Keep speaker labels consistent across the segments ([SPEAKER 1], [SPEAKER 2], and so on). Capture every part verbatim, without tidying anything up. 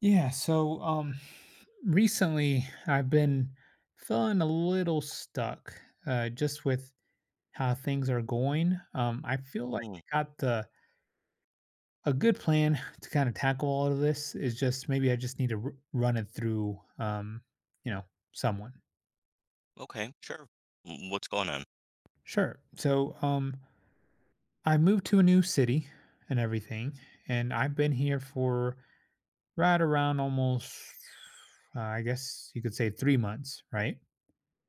[SPEAKER 1] Yeah, so um recently I've been feeling a little stuck uh just with how things are going. Um I feel like
[SPEAKER 2] Mm,
[SPEAKER 1] I got the a good plan to kind of tackle all of this is just maybe I just need to r- run it through um you know someone.
[SPEAKER 2] okay, sure. Mm, what's going on?
[SPEAKER 1] Sure. So um I moved to a new city and everything, and I've been here for right around almost uh, I guess you could say three months, right?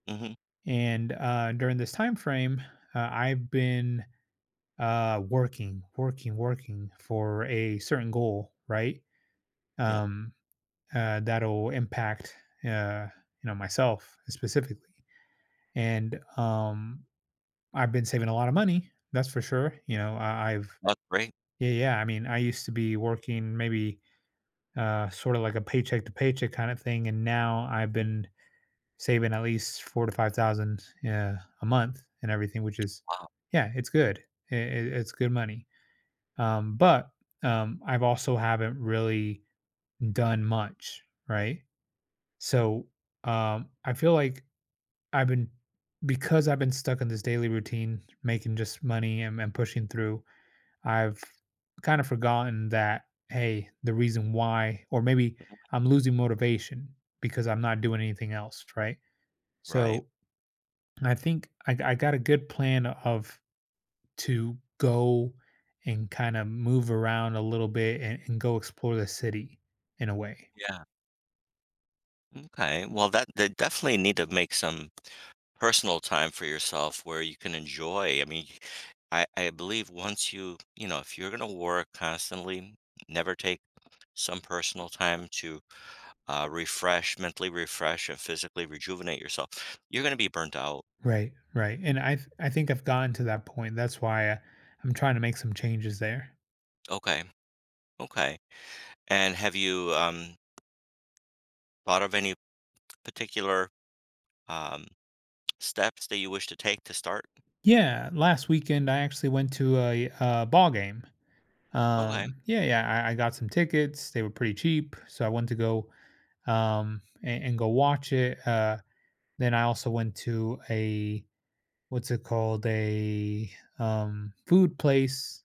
[SPEAKER 2] Mhm,
[SPEAKER 1] And uh, during this time frame, uh, I've been uh, working, working, working for a certain goal, right?
[SPEAKER 2] yeah,
[SPEAKER 1] Um, uh, that'll impact, uh, you know, myself specifically. And um, I've been saving a lot of money, that's for sure. You know, I, I've
[SPEAKER 2] that's great.
[SPEAKER 1] yeah, yeah. I mean, I used to be working maybe uh, sort of like a paycheck to paycheck kind of thing, and now I've
[SPEAKER 2] Mhm,
[SPEAKER 1] been saving at least four to five thousand uh, a month and everything, which is
[SPEAKER 2] wow,
[SPEAKER 1] yeah, it's good. I- I- it's good money. Um, but um, I've also haven't really done much, right? So um, I feel like I've been, because I've been stuck in this daily routine, making just money and, and pushing through. I've kind of forgotten that, hey, the reason why, or maybe I'm losing motivation because I'm not doing anything else, right?
[SPEAKER 2] right,
[SPEAKER 1] So I think I, I got a good plan of to go and kind of move around a little bit and, and go explore the city in a way.
[SPEAKER 2] yeah, okay. Well, that they definitely need to make some personal time for yourself where you can enjoy, I mean, I I believe once you you know, if you're gonna work constantly, never take some personal time to, uh, refresh, mentally refresh, and physically rejuvenate yourself, you're gonna be burnt out.
[SPEAKER 1] Right, right. And I th- I think I've gotten to that point. That's why I, I'm trying to make some changes there.
[SPEAKER 2] Okay, okay, and have you, um, thought of any particular, um steps that you wish to take to start?
[SPEAKER 1] Yeah, last weekend I actually went to a uh ball game.
[SPEAKER 2] Okay.
[SPEAKER 1] Um, yeah, yeah, I, I got some tickets. They were pretty cheap, so I went to go um and, and go watch it. Uh, then I also went to a what's it called a um, food place,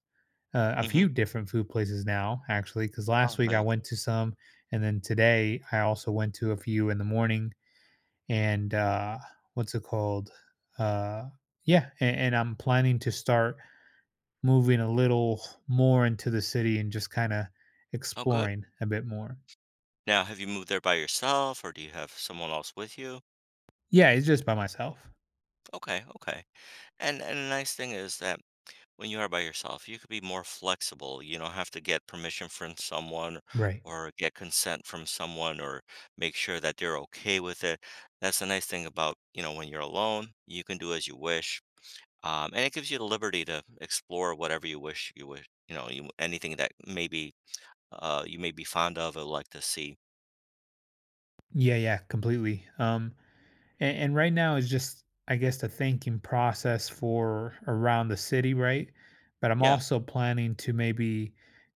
[SPEAKER 1] uh, a
[SPEAKER 2] Mhm.
[SPEAKER 1] few different food places now actually, because
[SPEAKER 2] Oh,
[SPEAKER 1] last week I
[SPEAKER 2] nice.
[SPEAKER 1] went to some, and then today I also went to a few in the morning. And uh, what's it called uh, yeah, and, and I'm planning to start moving a little more into the city and just kind of
[SPEAKER 2] Oh, good.
[SPEAKER 1] exploring a bit more.
[SPEAKER 2] Now, have you moved there by yourself or do you have someone else with you?
[SPEAKER 1] Yeah, it's just by myself.
[SPEAKER 2] Okay, okay. And and the nice thing is that when you are by yourself, you could be more flexible. You don't have to get permission from someone
[SPEAKER 1] Right.
[SPEAKER 2] or get consent from someone or make sure that they're okay with it. That's the nice thing about, you know, when you're alone, you can do as you wish. Um, and it gives you the liberty to explore whatever you wish you wish, you know, you anything that maybe uh, you may be fond of or like to see.
[SPEAKER 1] Yeah, yeah, completely. Um And, and right now is just, I guess, the thinking process for around the city, right? But I'm
[SPEAKER 2] Yeah.
[SPEAKER 1] also planning to maybe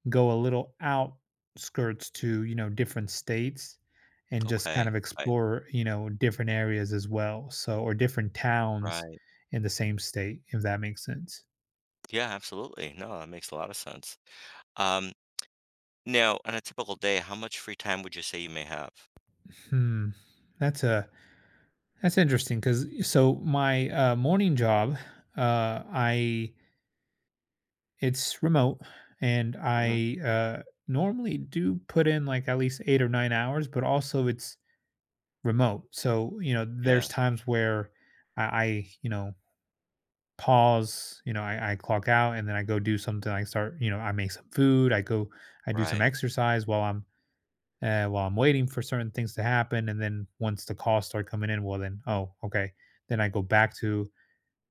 [SPEAKER 1] go a little outskirts to, you know, different states and just kind
[SPEAKER 2] Okay.
[SPEAKER 1] of
[SPEAKER 2] Okay.
[SPEAKER 1] explore, you know, different areas as well. So, or different towns
[SPEAKER 2] Right.
[SPEAKER 1] in the same state, if that makes sense.
[SPEAKER 2] Yeah, absolutely. No, that makes a lot of sense. Um, now, on a typical day, how much free time would you say you may have?
[SPEAKER 1] Hmm. That's a that's interesting because so my uh, morning job, uh, I it's remote, and
[SPEAKER 2] Hmm.
[SPEAKER 1] I, uh, normally do put in, like, at least eight or nine hours, but also it's remote, so, you know,
[SPEAKER 2] Yeah.
[SPEAKER 1] there's times where I I, you know, pause. You know, I I clock out, and then I go do something. I start you know, I make some food, I go I do some
[SPEAKER 2] Right.
[SPEAKER 1] exercise while I'm, uh, while I'm waiting for certain things to happen, and then once the calls start coming in, well, then, "Oh, okay." Then I go back to,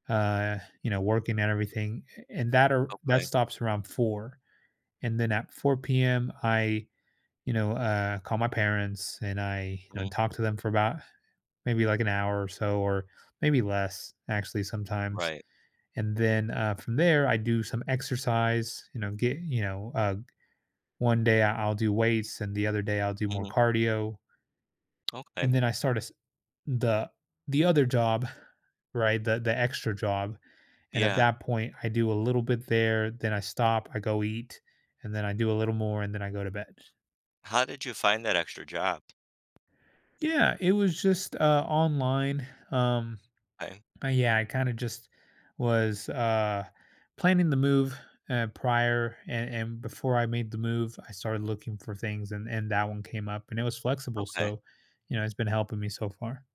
[SPEAKER 1] uh, you know, working and everything, and that ar that
[SPEAKER 2] Okay.
[SPEAKER 1] stops around four, and then at four p m. I, you know, uh, call my parents and I, you know,
[SPEAKER 2] Hmm.
[SPEAKER 1] talk to them for about maybe like an hour or so, or maybe less actually sometimes.
[SPEAKER 2] Right.
[SPEAKER 1] And then uh, from there, I do some exercise. You know, get you know, uh, one day I- I'll do weights, and the other day I'll do more
[SPEAKER 2] Hmm.
[SPEAKER 1] cardio.
[SPEAKER 2] Okay.
[SPEAKER 1] And then I start a s the the other job, right? The the extra job. And at
[SPEAKER 2] Yeah.
[SPEAKER 1] that point, I do a little bit there, then I stop, I go eat, and then I do a little more, and then I go to bed.
[SPEAKER 2] How did you find that extra job?
[SPEAKER 1] Yeah, it was just uh, online. Um,
[SPEAKER 2] Okay.
[SPEAKER 1] uh, yeah, I kinda just was, uh, planning the move, uh, prior, and and before I made the move, I started looking for things, and and that one came up, and it was flexible,
[SPEAKER 2] Okay.
[SPEAKER 1] so, you know, it's been helping me so far.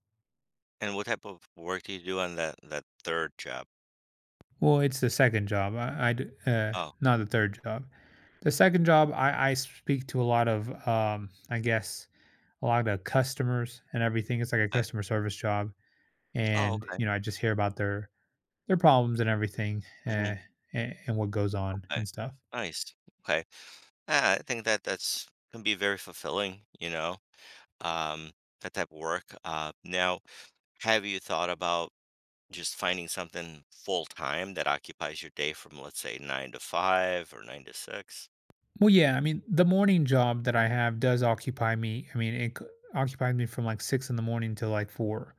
[SPEAKER 2] And what type of work do you do on that that third job?
[SPEAKER 1] Well, it's the second job, I I d uh,
[SPEAKER 2] Oh,
[SPEAKER 1] not the third job. The second job, I I speak to a lot of, um, I guess, a lot of customers and everything. It's like a
[SPEAKER 2] okay.
[SPEAKER 1] customer service job,
[SPEAKER 2] Oh,
[SPEAKER 1] and,
[SPEAKER 2] okay.
[SPEAKER 1] you know, I just hear about their their problems and everything,
[SPEAKER 2] Hmm.
[SPEAKER 1] uh, and, and what goes on
[SPEAKER 2] Okay.
[SPEAKER 1] and stuff.
[SPEAKER 2] Nice. Okay. Ah, I think that that's can be very fulfilling, you know. um, that type of work. Uh, now, have you thought about just finding something full time that occupies your day from, let's say, nine to five or nine to six?
[SPEAKER 1] Well, yeah, I mean, the morning job that I have does occupy me. I mean, it c- occupies me from like six in the morning to like four.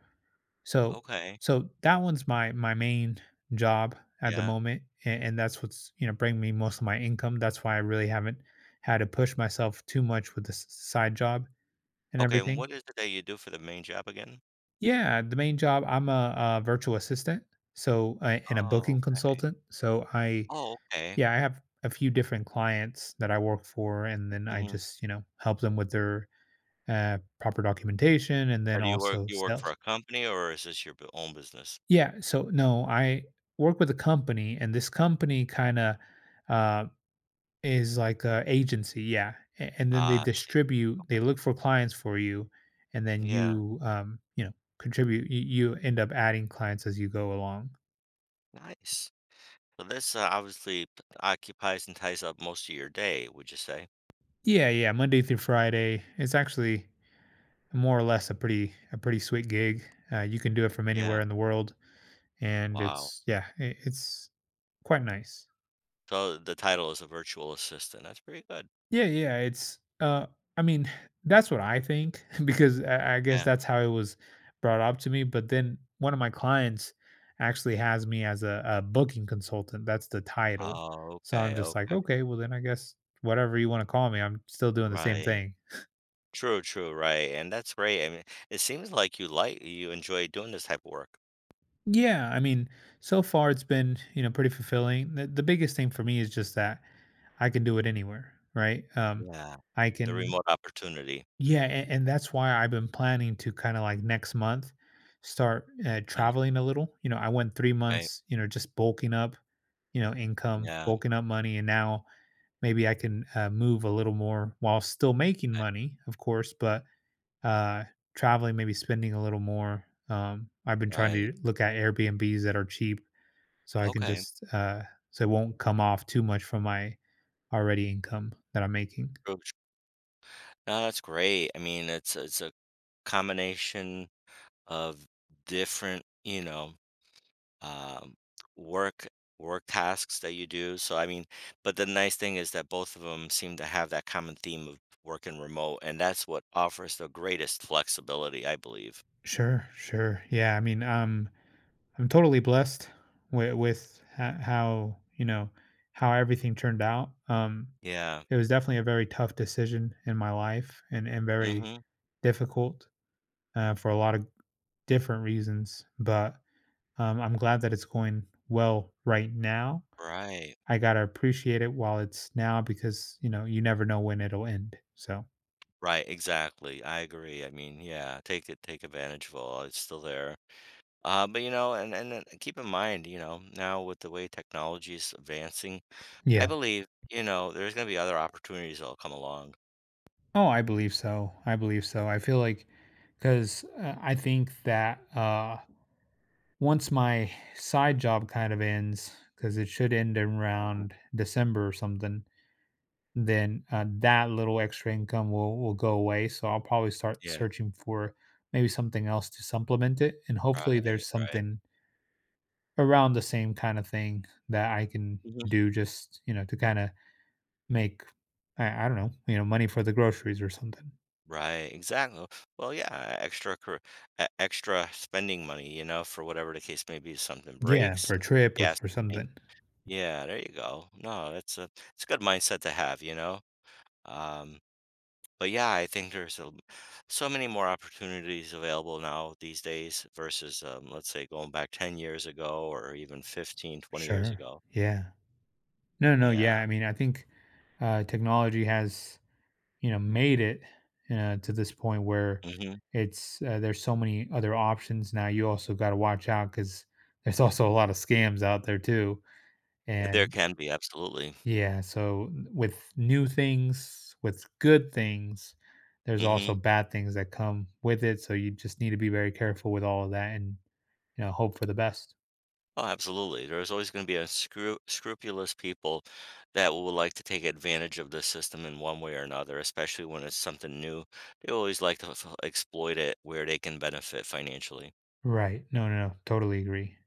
[SPEAKER 1] So,
[SPEAKER 2] Okay.
[SPEAKER 1] so that one's my my main job at the
[SPEAKER 2] Yeah.
[SPEAKER 1] moment, and, and that's what's, you know, bringing me most of my income. That's why I really haven't had to push myself too much with this side job and
[SPEAKER 2] Okay. And
[SPEAKER 1] everything.
[SPEAKER 2] what is it that you do for the main job again?
[SPEAKER 1] Yeah, the main job, I'm a a virtual assistant, so uh, and a
[SPEAKER 2] Oh.
[SPEAKER 1] booking consultant. So I
[SPEAKER 2] Oh. Okay.
[SPEAKER 1] Yeah, I have a few different clients that I work for, and then I
[SPEAKER 2] hmm
[SPEAKER 1] just, you know, help them with their uh, proper documentation, and
[SPEAKER 2] Or
[SPEAKER 1] then
[SPEAKER 2] do you work?
[SPEAKER 1] also
[SPEAKER 2] You work for
[SPEAKER 1] sales.
[SPEAKER 2] a company, or is this your b- own business?
[SPEAKER 1] Yeah, so no, I work with a company, and this company kind of uh, is like a agency. Yeah, a- and then they
[SPEAKER 2] Ah, I see.
[SPEAKER 1] distribute, they look for clients for you, and then
[SPEAKER 2] Yeah.
[SPEAKER 1] you, um, you know, contribute. You, you end up adding clients as you go along.
[SPEAKER 2] Nice. So this uh, obviously p- occupies and ties up most of your day. Would you say?
[SPEAKER 1] Yeah, yeah, Monday through Friday. It's actually more or less a pretty a pretty sweet gig. Uh, you can do it from anywhere
[SPEAKER 2] Yeah.
[SPEAKER 1] in the world, and
[SPEAKER 2] Wow.
[SPEAKER 1] it's, yeah, i- it's quite nice.
[SPEAKER 2] So the title is a virtual assistant, that's pretty good.
[SPEAKER 1] Yeah, yeah, it's uh, I mean, that's what I think because I, I guess
[SPEAKER 2] Yeah.
[SPEAKER 1] that's how it was brought up to me. But then one of my clients actually has me as a a booking consultant. That's the title.
[SPEAKER 2] Oh,
[SPEAKER 1] So I'm
[SPEAKER 2] okay,
[SPEAKER 1] just like,
[SPEAKER 2] okay.
[SPEAKER 1] okay, well then I guess whatever you want to call me, I'm still doing the same
[SPEAKER 2] Right.
[SPEAKER 1] thing.
[SPEAKER 2] True, true, right, and that's great, I mean, it seems like you like you enjoy doing this type of work.
[SPEAKER 1] Yeah, I mean, so far it's been, you know, pretty fulfilling. The, the biggest thing for me is just that I can do it anywhere, right? Um,
[SPEAKER 2] Yeah.
[SPEAKER 1] I
[SPEAKER 2] The
[SPEAKER 1] can,
[SPEAKER 2] remote opportunity.
[SPEAKER 1] yeah, and, and that's why I've been planning to kind of like next month start uh,
[SPEAKER 2] Mm,
[SPEAKER 1] traveling a little. You know, I went three
[SPEAKER 2] right.
[SPEAKER 1] months, you know, just bulking up, you know, income,
[SPEAKER 2] Yeah,
[SPEAKER 1] bulking up money, and now maybe I can uh, move a little more while still making money, of course, but uh, traveling, maybe spending a little more. Um, I've been trying
[SPEAKER 2] right.
[SPEAKER 1] to look at Airbnbs that are cheap so I can
[SPEAKER 2] Okay.
[SPEAKER 1] just uh so it won't come off too much from my already income that I'm making.
[SPEAKER 2] True, tr no, that's great, I mean, it's it's a combination of different, you know um, work work tasks that you do. So I mean, but the nice thing is that both of them seem to have that common theme of working remote, and that's what offers the greatest flexibility, I believe.
[SPEAKER 1] Sure, sure. Yeah, I mean, um I'm totally blessed with with ho- how, you know, how everything turned out. Um
[SPEAKER 2] Yeah.
[SPEAKER 1] it was definitely a very tough decision in my life, and and very
[SPEAKER 2] Hmm.
[SPEAKER 1] difficult uh, for a lot of different reasons, but um, I'm glad that it's going well right now.
[SPEAKER 2] Right.
[SPEAKER 1] I gotta appreciate it while it's now, because you know, you never know when it'll end. So
[SPEAKER 2] Right. Exactly. I agree. I mean, yeah, take it, take advantage of all. It's still there. Uh, but you know, and and then keep in mind, you know, now with the way technology is advancing, I
[SPEAKER 1] yeah.
[SPEAKER 2] believe, you know, there's going to be other opportunities that'll come along.
[SPEAKER 1] Oh, I believe so. I believe so. I feel like, because uh, I think that uh, once my side job kind of ends, because it should end in
[SPEAKER 2] Mhm.
[SPEAKER 1] around December or something, then uh, that little extra income will will go away. So I'll probably start
[SPEAKER 2] Yeah.
[SPEAKER 1] searching for maybe something else to supplement it, and hopefully
[SPEAKER 2] Right.
[SPEAKER 1] there's
[SPEAKER 2] Right.
[SPEAKER 1] something around the same kind of thing that I can do, just, you know, to kind of make, I, I don't know, you know, money for the groceries or something.
[SPEAKER 2] Right, exactly. Well, yeah, extra cur- e- extra spending money, you know, for whatever the case may be, something
[SPEAKER 1] Yeah,
[SPEAKER 2] breaks,
[SPEAKER 1] for a
[SPEAKER 2] you know,
[SPEAKER 1] trip or
[SPEAKER 2] gas
[SPEAKER 1] for
[SPEAKER 2] money.
[SPEAKER 1] something.
[SPEAKER 2] Yeah, there you go. No, that's a it's a good mindset to have, you know. Um, but yeah, I think there's a, so many more opportunities available now these days versus um, let's say going back ten years ago or even fifteen, twenty years
[SPEAKER 1] Sure.
[SPEAKER 2] ago.
[SPEAKER 1] Yeah. No, no,
[SPEAKER 2] Yeah.
[SPEAKER 1] yeah, I mean, I think, uh, technology has, you know, made it, uh, to this point where
[SPEAKER 2] hmm
[SPEAKER 1] it's, uh, there's so many other options now. You also gotta watch out, because there's also a lot of scams out there too,
[SPEAKER 2] There
[SPEAKER 1] and
[SPEAKER 2] can be absolutely.
[SPEAKER 1] yeah, so with new things, with good things, there's
[SPEAKER 2] Hmm.
[SPEAKER 1] also bad things that come with it, so you just need to be very careful with all of that and, you know, hope for the best.
[SPEAKER 2] Oh, absolutely. There's always going to be unscru- scrupulous people that will like to take advantage of the system in one way or another, especially when it's something new. They always like to f- exploit it where they can benefit financially.
[SPEAKER 1] Right. No, no, no, totally agree.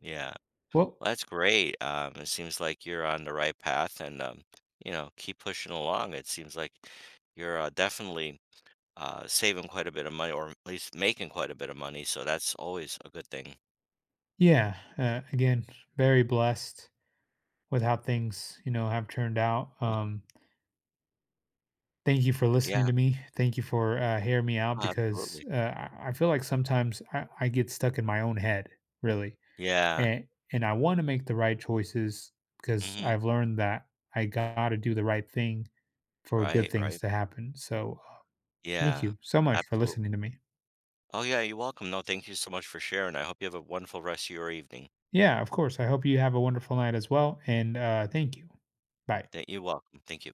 [SPEAKER 2] Yeah,
[SPEAKER 1] Well,
[SPEAKER 2] well, that's great. Um, it seems like you're on the right path, and um, you know, keep pushing along. It seems like you're uh, definitely uh, saving quite a bit of money, or at least making quite a bit of money. So that's always a good thing.
[SPEAKER 1] yeah, uh, again, very blessed with how things, you know, have turned out.
[SPEAKER 2] Mhm.
[SPEAKER 1] Um, thank you for listening
[SPEAKER 2] Yeah,
[SPEAKER 1] to me. Thank you for uh, hearing me out, because
[SPEAKER 2] absolutely.
[SPEAKER 1] uh, I I feel like sometimes I, I get stuck in my own head, really,
[SPEAKER 2] Yeah.
[SPEAKER 1] and and I want to make the right choices because
[SPEAKER 2] Hmm.
[SPEAKER 1] I've learned that I got to do the right thing for good
[SPEAKER 2] Right.
[SPEAKER 1] things
[SPEAKER 2] Right.
[SPEAKER 1] to happen. So, uh, thank
[SPEAKER 2] Yeah,
[SPEAKER 1] you so much for
[SPEAKER 2] absolutely.
[SPEAKER 1] listening to me.
[SPEAKER 2] Oh, yeah, you're welcome. No, thank you so much for sharing. I hope you have a wonderful rest of your evening.
[SPEAKER 1] Yeah, of course. I hope you have a wonderful night as well, and uh, thank you. Bye.
[SPEAKER 2] That you're welcome. Thank you.